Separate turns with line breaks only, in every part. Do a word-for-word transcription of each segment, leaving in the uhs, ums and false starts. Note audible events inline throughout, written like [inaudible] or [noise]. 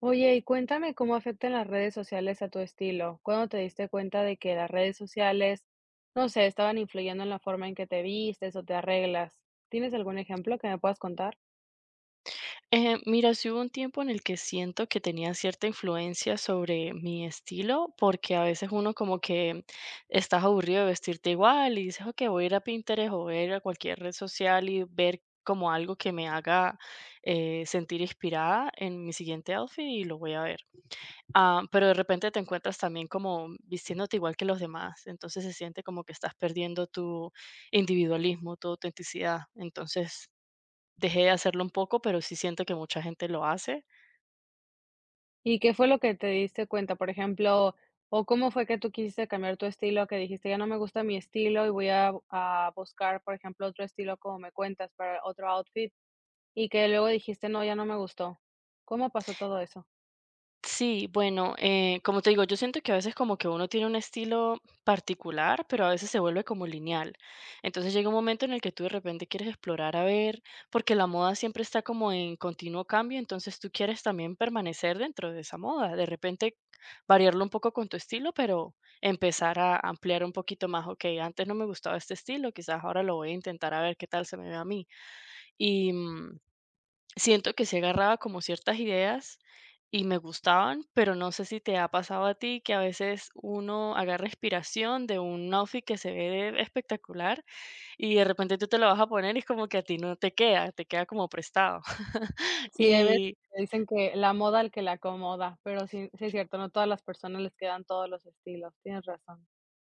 Oye, y cuéntame cómo afectan las redes sociales a tu estilo. ¿Cuándo te diste cuenta de que las redes sociales, no sé, estaban influyendo en la forma en que te vistes o te arreglas? ¿Tienes algún ejemplo que me puedas contar?
Eh, mira, sí hubo un tiempo en el que siento que tenía cierta influencia sobre mi estilo, porque a veces uno como que estás aburrido de vestirte igual y dices, ok, voy a ir a Pinterest o voy a ir a cualquier red social y ver como algo que me haga eh, sentir inspirada en mi siguiente outfit y lo voy a ver. Ah, pero de repente te encuentras también como vistiéndote igual que los demás, entonces se siente como que estás perdiendo tu individualismo, tu autenticidad. Entonces dejé de hacerlo un poco, pero sí siento que mucha gente lo hace.
¿Y qué fue lo que te diste cuenta, por ejemplo, o cómo fue que tú quisiste cambiar tu estilo, que dijiste, ya no me gusta mi estilo y voy a, a buscar, por ejemplo, otro estilo como me cuentas para otro outfit y que luego dijiste, no, ya no me gustó? ¿Cómo pasó todo eso?
Sí, bueno, eh, como te digo, yo siento que a veces como que uno tiene un estilo particular, pero a veces se vuelve como lineal. Entonces llega un momento en el que tú de repente quieres explorar a ver, porque la moda siempre está como en continuo cambio, entonces tú quieres también permanecer dentro de esa moda, de repente variarlo un poco con tu estilo, pero empezar a ampliar un poquito más, ok, antes no me gustaba este estilo, quizás ahora lo voy a intentar a ver qué tal se me ve a mí. Y, mm, Siento que se agarraba como ciertas ideas y me gustaban, pero no sé si te ha pasado a ti que a veces uno agarra inspiración de un outfit que se ve espectacular y de repente tú te lo vas a poner y es como que a ti no te queda, te queda como prestado. [laughs]
Sí, hay veces
Y
que dicen que la moda al que le acomoda, pero sí sí es cierto, no todas las personas les quedan todos los estilos, tienes razón.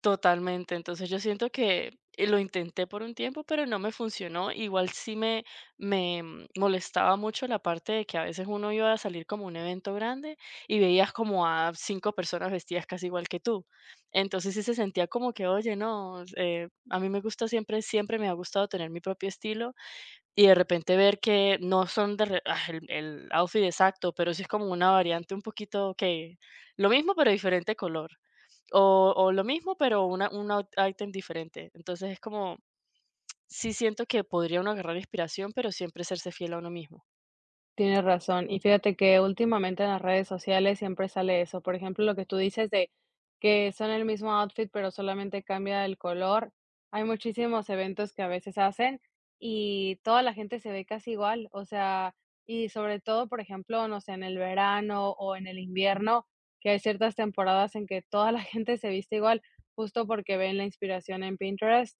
totalmente. Entonces, yo siento que eh, lo intenté por un tiempo, pero no me funcionó. Igual sí me, me mm, molestaba mucho la parte de que a veces uno iba a salir como a un evento grande y veías como a cinco personas vestidas casi igual que tú. Entonces sí se sentía como que, oye, no, eh, a mí me gusta siempre, siempre me ha gustado tener mi propio estilo y de repente ver que no son de re- ah, el, el outfit exacto, pero sí es como una variante un poquito, que lo mismo pero diferente color. O o lo mismo, pero una un out ítem diferente. Entonces, es como, sí siento que podría uno agarrar inspiración, pero siempre serse fiel a uno mismo.
Tienes razón. Y fíjate que últimamente en las redes sociales siempre sale eso. Por ejemplo, lo que tú dices de que son el mismo outfit, pero solamente cambia el color. Hay muchísimos eventos que a veces hacen y toda la gente se ve casi igual. O sea, y sobre todo, por ejemplo, no sé, en el verano o en el invierno, que hay ciertas temporadas en que toda la [laughs] gente se viste igual, justo porque ven la inspiración en Pinterest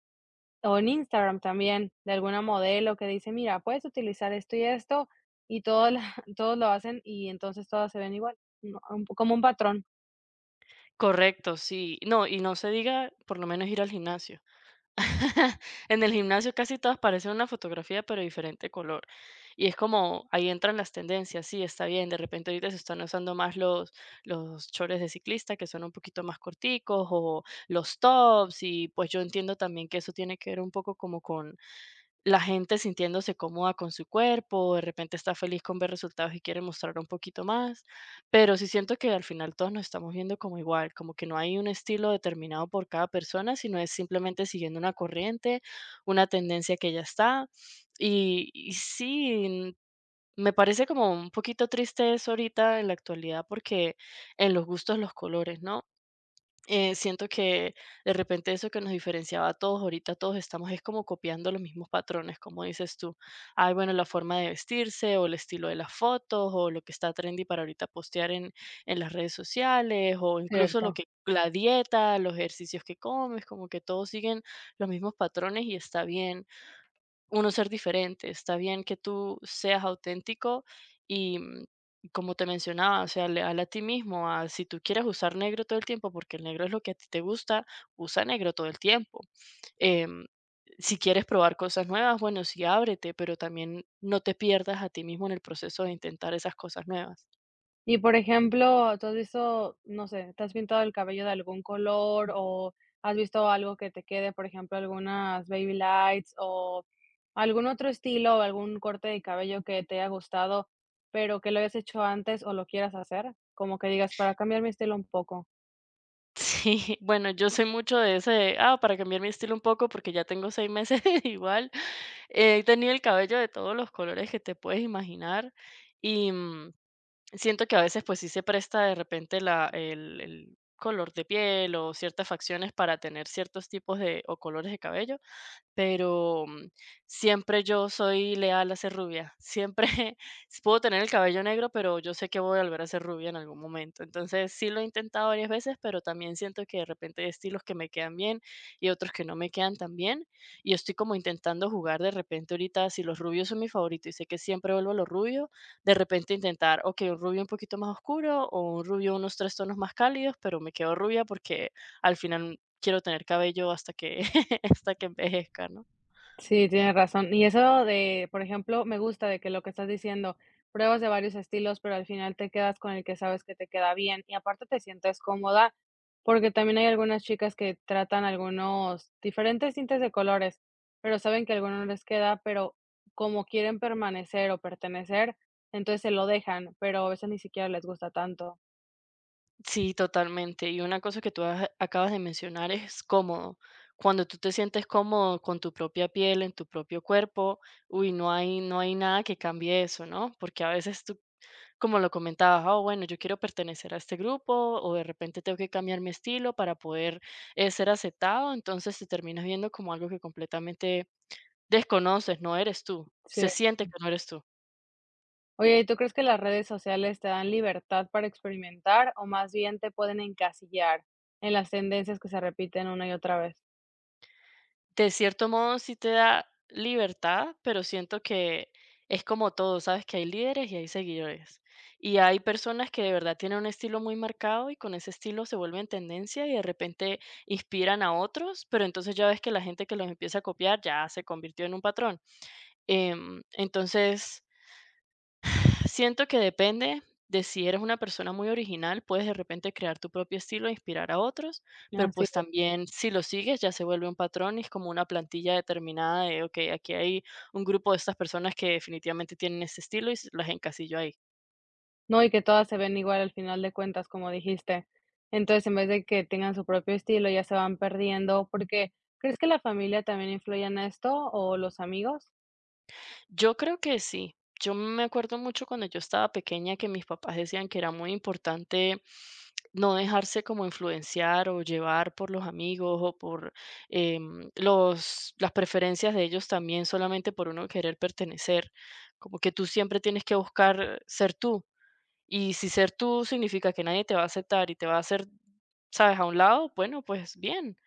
o en Instagram también, de alguna modelo que dice: "Mira, puedes utilizar esto y esto", y todos la [laughs] todos lo hacen, y entonces todas se ven igual, no, un po- como un patrón.
Correcto, sí. No, y no se diga, por lo menos ir al gimnasio. [laughs] En el gimnasio casi todas parecen una fotografía, pero diferente color. Y es como, ahí entran las tendencias. Sí, está bien, de repente ahorita se están usando más los los chores de ciclista, que son un poquito más corticos, o los tops, y pues yo entiendo también que eso tiene que ver un poco como con la gente sintiéndose cómoda con su cuerpo, de repente está feliz con ver resultados y quiere mostrar un poquito más, pero sí siento que al final todos nos estamos viendo como igual, como que no hay un estilo determinado por cada persona, sino es simplemente siguiendo una corriente, una tendencia que ya está. Y, y sí, me parece como un poquito triste eso ahorita en la actualidad porque en los gustos los colores, ¿no? Eh, siento que de repente eso que nos diferenciaba a todos, ahorita todos estamos es como copiando los mismos patrones, como dices tú. Ay, bueno, la forma de vestirse o el estilo de las fotos o lo que está trendy para ahorita postear en, en las redes sociales o incluso lo
Cierto.
que la dieta, los ejercicios que comes, como que todos siguen los mismos patrones y está bien uno ser diferente. Está bien que tú seas auténtico y mm, como te mencionaba, o sea, leal a ti mismo, a si tú quieres usar negro todo el tiempo, porque el negro es lo que a ti te gusta, usa negro todo el tiempo. Em, si quieres probar cosas nuevas, bueno, sí, ábrete, pero también no te pierdas a ti mismo en el proceso de intentar esas cosas nuevas.
Y, por ejemplo, ¿tú has visto, no sé, te has pintado el cabello de algún color o has visto algo que te quede, por ejemplo, algunas baby lights o algún otro estilo o algún corte de cabello que te haya gustado, pero que lo hayas hecho antes o lo quieras hacer? Como que digas: "Para cambiar mi estilo un poco".
Sí, [laughs] bueno, yo soy mucho de ese de, ah, para cambiar mi estilo un poco, porque ya tengo seis meses [laughs] igual, he tenido el cabello de todos los colores que te puedes imaginar y, mm, siento que a veces, pues, sí se presta de repente la el el color de piel o ciertas facciones para tener ciertos tipos de o colores de cabello pero mm, siempre yo soy leal a ser rubia. Siempre [laughs] puedo tener el cabello negro, pero yo sé que voy a volver a ser rubia en algún momento. Entonces sí lo he intentado varias veces, pero también siento que de repente hay estilos que me quedan bien y otros que no me quedan tan bien. Y estoy como intentando jugar de repente ahorita, si los rubios son mi favorito y sé que siempre vuelvo a los rubios, de repente intentar, ok, un rubio un poquito más oscuro o un rubio unos tres tonos más cálidos, pero me quedo rubia porque al final quiero tener cabello hasta que [laughs] hasta que envejezca, ¿no?
Sí, tienes razón. Y eso de, por ejemplo, me gusta de que lo que estás diciendo, pruebas de varios estilos, pero al final te quedas con el que sabes que te queda bien y aparte te sientes cómoda, porque también hay algunas chicas que tratan algunos diferentes tintes de colores, pero saben que alguno no les queda, pero como quieren permanecer o pertenecer, entonces se lo dejan, pero a veces ni siquiera les gusta tanto.
Sí, totalmente. Y una cosa que tú a- acabas de mencionar es cómodo. Cuando tú te sientes cómodo con tu propia piel, en tu propio cuerpo, uy, no hay, no hay nada que cambie eso, ¿no? Porque a veces tú, como lo comentabas, oh, bueno, yo quiero pertenecer a este grupo o de repente tengo que cambiar mi estilo para poder eh, ser aceptado, entonces te terminas viendo como algo que completamente desconoces, no eres tú, se
Sí.
siente que no eres tú.
Oye, ¿y tú crees que las redes sociales te dan libertad para experimentar o más bien te pueden encasillar en las tendencias que se repiten una y otra vez?
De cierto modo sí te da libertad, pero siento que es como todo, sabes que hay líderes y hay seguidores. Y hay personas que de verdad tienen un estilo muy marcado y con ese estilo se vuelven tendencia y de repente inspiran a otros, pero entonces ya ves que la gente que los empieza a copiar ya se convirtió en un patrón. Em, entonces, Siento que depende de si eres una persona muy original, puedes de repente crear tu propio estilo e inspirar a otros, pero
Así
pues
es.
también si lo sigues ya se vuelve un patrón y es como una plantilla determinada de, ok, aquí hay un grupo de estas personas que definitivamente tienen ese estilo y s- las encasillo ahí.
No, y que todas se ven igual al final de cuentas, como dijiste. Entonces, en vez de que tengan su propio estilo, ya se van perdiendo, porque ¿crees que la familia también influye en esto o los amigos?
Yo creo que sí. Yo me acuerdo mucho cuando yo estaba pequeña que mis papás decían que era muy importante no dejarse como influenciar o llevar por los amigos o por em, los, las preferencias de ellos también solamente por uno querer pertenecer. Como que tú siempre tienes que buscar ser tú. Y si ser tú significa que nadie te va a aceptar y te va a hacer, sabes, a un lado, bueno, pues bien,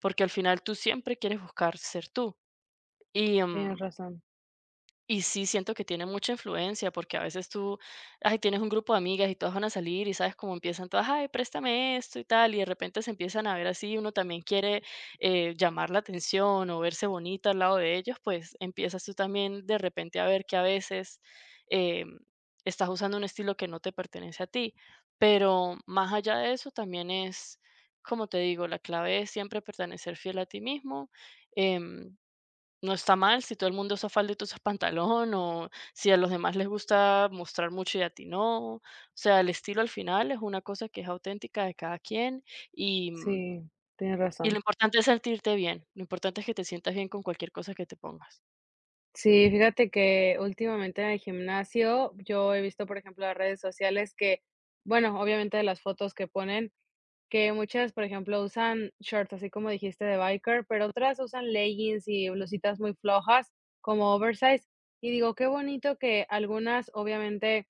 porque al final tú siempre quieres buscar ser tú. Y,
Tienes
em,
razón.
y sí siento que tiene mucha influencia, porque a veces tú, ay, tienes un grupo de amigas y todas van a salir y sabes cómo empiezan todas, ay, préstame esto y tal, y de repente se empiezan a ver así, uno también quiere eh, llamar la atención o verse bonita al lado de ellos, pues empiezas tú también de repente a ver que a veces eh, estás usando un estilo que no te pertenece a ti. Pero más allá de eso, también es, como te digo, la clave es siempre pertenecer fiel a ti mismo. em, no está mal si todo el mundo usa falda y tú usas pantalón, o si a los demás les gusta mostrar mucho y a ti no. O sea, el estilo al final es una cosa que es auténtica de cada quien y, mm,
Sí, tienes
y lo
razón.
importante es sentirte bien. Lo importante es que te sientas bien con cualquier cosa que te pongas.
Sí, fíjate que últimamente en el gimnasio yo he visto, por ejemplo, las redes sociales que, bueno, obviamente de las fotos que ponen, que muchas, por ejemplo, usan shorts, así como dijiste, de biker, pero otras usan leggings y blusitas muy flojas, como oversize. Y digo, qué bonito que algunas, obviamente,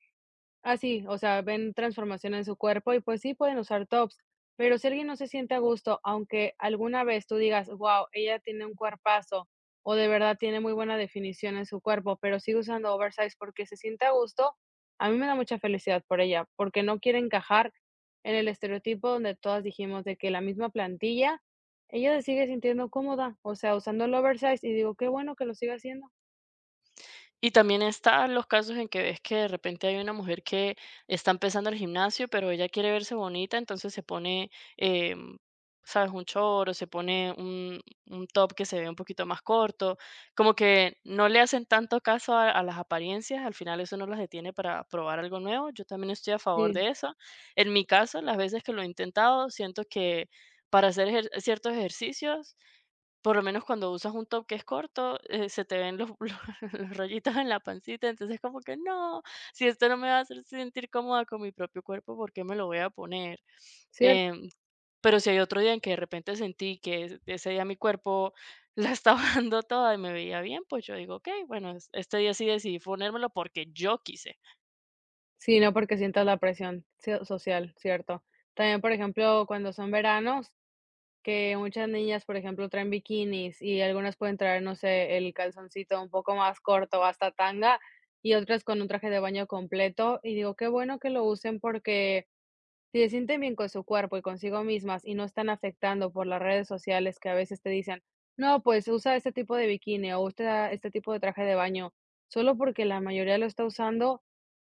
ah, sí, o sea, ven transformación en su cuerpo y pues sí pueden usar tops, pero si alguien no se siente a gusto, aunque alguna vez tú digas, wow, ella tiene un cuerpazo o de verdad tiene muy buena definición en su cuerpo, pero sigue usando oversize porque se siente a gusto, a mí me da mucha felicidad por ella, porque no quiere encajar en el estereotipo donde todas dijimos de que la misma plantilla, ella se sigue sintiendo cómoda, o sea, usando el oversize y digo, qué bueno que lo siga haciendo.
Y también están los casos en que ves que de repente hay una mujer que está empezando el gimnasio, pero ella quiere verse bonita, entonces se pone, em, ¿sabes? Un short o se pone un, un top que se ve un poquito más corto. Como que no le hacen tanto caso a, a las apariencias, al final eso no las detiene para probar algo nuevo. Yo también estoy a favor
Sí,
de eso. En mi caso, las veces que lo he intentado, siento que para hacer ejer- ciertos ejercicios por lo menos cuando usas un top que es corto, eh, se te ven los [laughs] los rollitos en la pancita, entonces como que: "No, si esto no me va a hacer sentir cómoda con mi propio cuerpo, ¿por qué me lo voy a poner?".
sí,
Em, pero si hay otro día en que de repente sentí que e ese día mi cuerpo la estaba [laughs] dando toda y me veía bien, pues yo digo: "Okey, bueno, es este día sí decidí ponérmelo porque yo quise".
sí, no porque sientas la presión so social, cierto. También, por ejemplo, cuando son veranos, que muchas niñas, por ejemplo, traen bikinis y algunas pueden traer, no sé, el calzoncito un poco más corto, hasta tanga, y otras con un traje de baño completo. Y digo, qué bueno que lo usen porque si se sienten bien con su cuerpo y consigo mismas y no están afectando por las redes sociales que a veces te dicen, no, pues usa este tipo de bikini o usa este tipo de traje de baño, solo porque la mayoría lo está usando,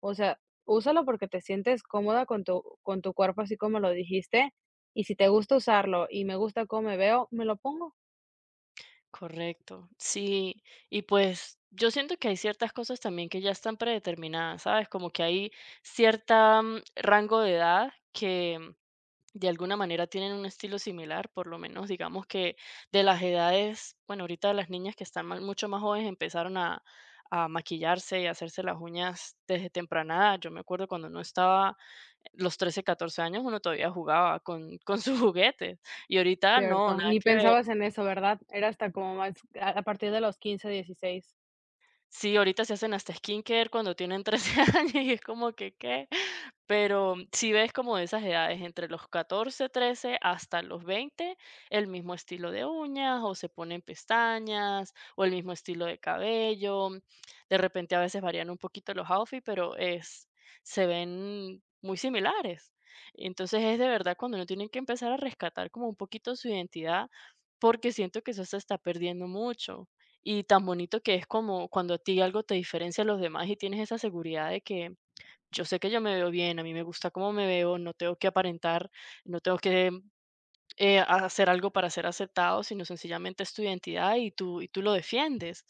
o sea, úsalo porque te sientes cómoda con tu, con tu cuerpo, así como lo dijiste, y si te gusta usarlo y me gusta cómo me veo, me lo pongo.
Correcto, sí, y pues yo siento que hay ciertas cosas también que ya están predeterminadas, ¿sabes? Como que hay cierta mm, rango de edad que mm, de alguna manera tienen un estilo similar, por lo menos digamos que de las edades. Bueno, ahorita las niñas que están ma- mucho más jóvenes empezaron a, a maquillarse y a hacerse las uñas desde temprana edad. Yo me acuerdo cuando uno estaba eh, los trece, catorce años, uno todavía jugaba con, con sus juguetes, y ahorita no,
Cierto,
nada
ni
que ver.
pensabas en eso, ¿verdad? Era hasta como más a a partir de los quince dieciséis.
Sí, ahorita se hacen hasta skincare cuando tienen trece [laughs] años y es como que, ¿qué? Pero si ves como de esas edades, entre los catorce, trece hasta los veinte, el mismo estilo de uñas o se ponen pestañas o el mismo estilo de cabello. De repente a veces varían un poquito los outfits, pero es, se ven muy similares. Entonces es de verdad cuando uno tiene que empezar a rescatar como un poquito su identidad, porque siento que eso se está perdiendo mucho. Y tan bonito que es como cuando a ti algo te diferencia a los demás y tienes esa seguridad de que yo sé que yo me veo bien, a mí me gusta cómo me veo, no tengo que aparentar, no tengo que eh, hacer algo para ser aceptado, sino sencillamente es tu identidad y tú, y tú lo defiendes.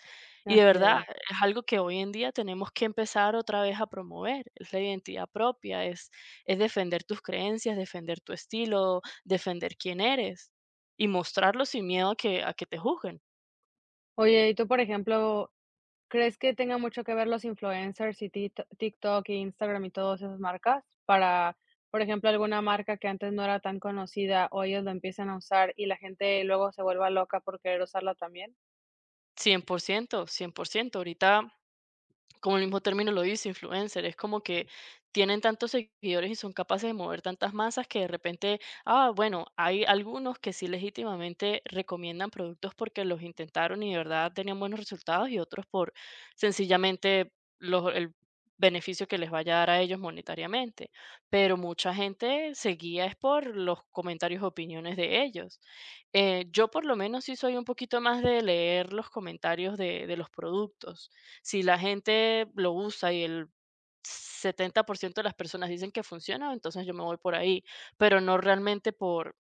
Y de
Así
verdad,
es.
es algo que hoy en día tenemos que empezar otra vez a promover, es la identidad propia, es, es defender tus creencias, defender tu estilo, defender quién eres y mostrarlo sin miedo a que, a que te juzguen.
Oye, y tú, por ejemplo, ¿crees que tenga mucho que ver los influencers y Tik TikTok, e Instagram y todas esas marcas? Para, por ejemplo, alguna marca que antes no era tan conocida, o ellos la empiezan a usar y la gente luego se vuelva loca por querer usarla también.
cien cien por ciento, cien por ciento. Ahorita, como el mismo término lo dice, influencer, es como que tienen tantos seguidores y son capaces de mover tantas masas que de repente, ah, bueno, hay algunos que sí legítimamente recomiendan productos porque los intentaron y de verdad tenían buenos resultados, y otros por sencillamente los, el beneficio que les vaya a dar a ellos monetariamente. Pero mucha gente se guía es por los comentarios, opiniones de ellos. Eh, yo por lo menos sí soy un poquito más de leer los comentarios de de los productos, si la gente lo usa y el setenta por ciento de las personas dicen que funciona, entonces yo me voy por ahí, pero no realmente por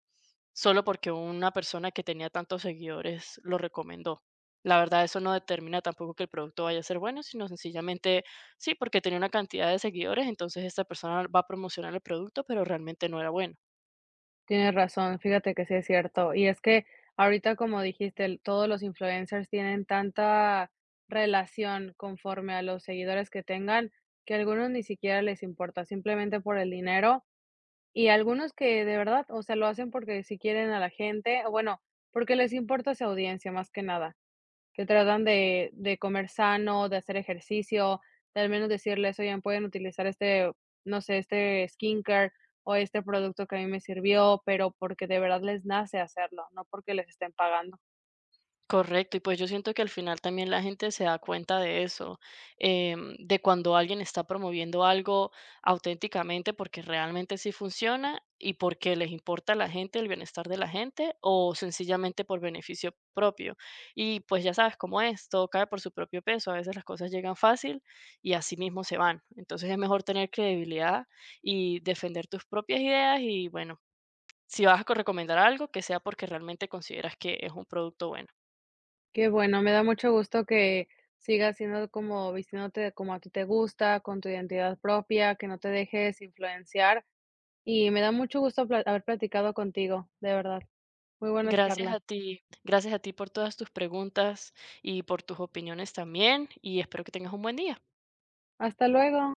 solo porque una persona que tenía tantos seguidores lo recomendó. La verdad, eso no determina tampoco que el producto vaya a ser bueno, sino sencillamente, sí, porque tenía una cantidad de seguidores, entonces esta persona va a promocionar el producto, pero realmente no era bueno.
Tienes razón, fíjate que sí es cierto. Y es que ahorita, como dijiste, el todos los influencers tienen tanta relación conforme a los seguidores que tengan, que a algunos ni siquiera les importa, simplemente por el dinero. Y algunos que de verdad, o sea, lo hacen porque si quieren a la gente, o bueno, porque les importa su audiencia más que nada, que tratan de de comer sano, de hacer ejercicio, de al menos decirles: "Oigan, pueden utilizar este, no sé, este skincare o este producto que a mí me sirvió", pero porque de verdad les nace hacerlo, no porque les estén pagando.
Correcto, y pues yo siento que al final también la gente se da cuenta de eso, em, de cuando alguien está promoviendo algo auténticamente porque realmente sí funciona y porque les importa a la gente, el bienestar de la gente, o sencillamente por beneficio propio. Y pues ya sabes cómo es, todo cae por su propio peso, a veces las cosas llegan fácil y así mismo se van. Entonces es mejor tener credibilidad y defender tus propias ideas y, bueno, si vas a co- recomendar algo, que sea porque realmente consideras que es un producto bueno.
Qué bueno, me da mucho gusto que sigas siendo como vistiéndote como a ti te gusta, con tu identidad propia, que no te dejes influenciar. Y me da mucho gusto pla haber platicado contigo, de verdad. Muy buena
Gracias a
charla.
ti, gracias a ti por todas tus preguntas y por tus opiniones también, y espero que tengas un buen día.
Hasta luego.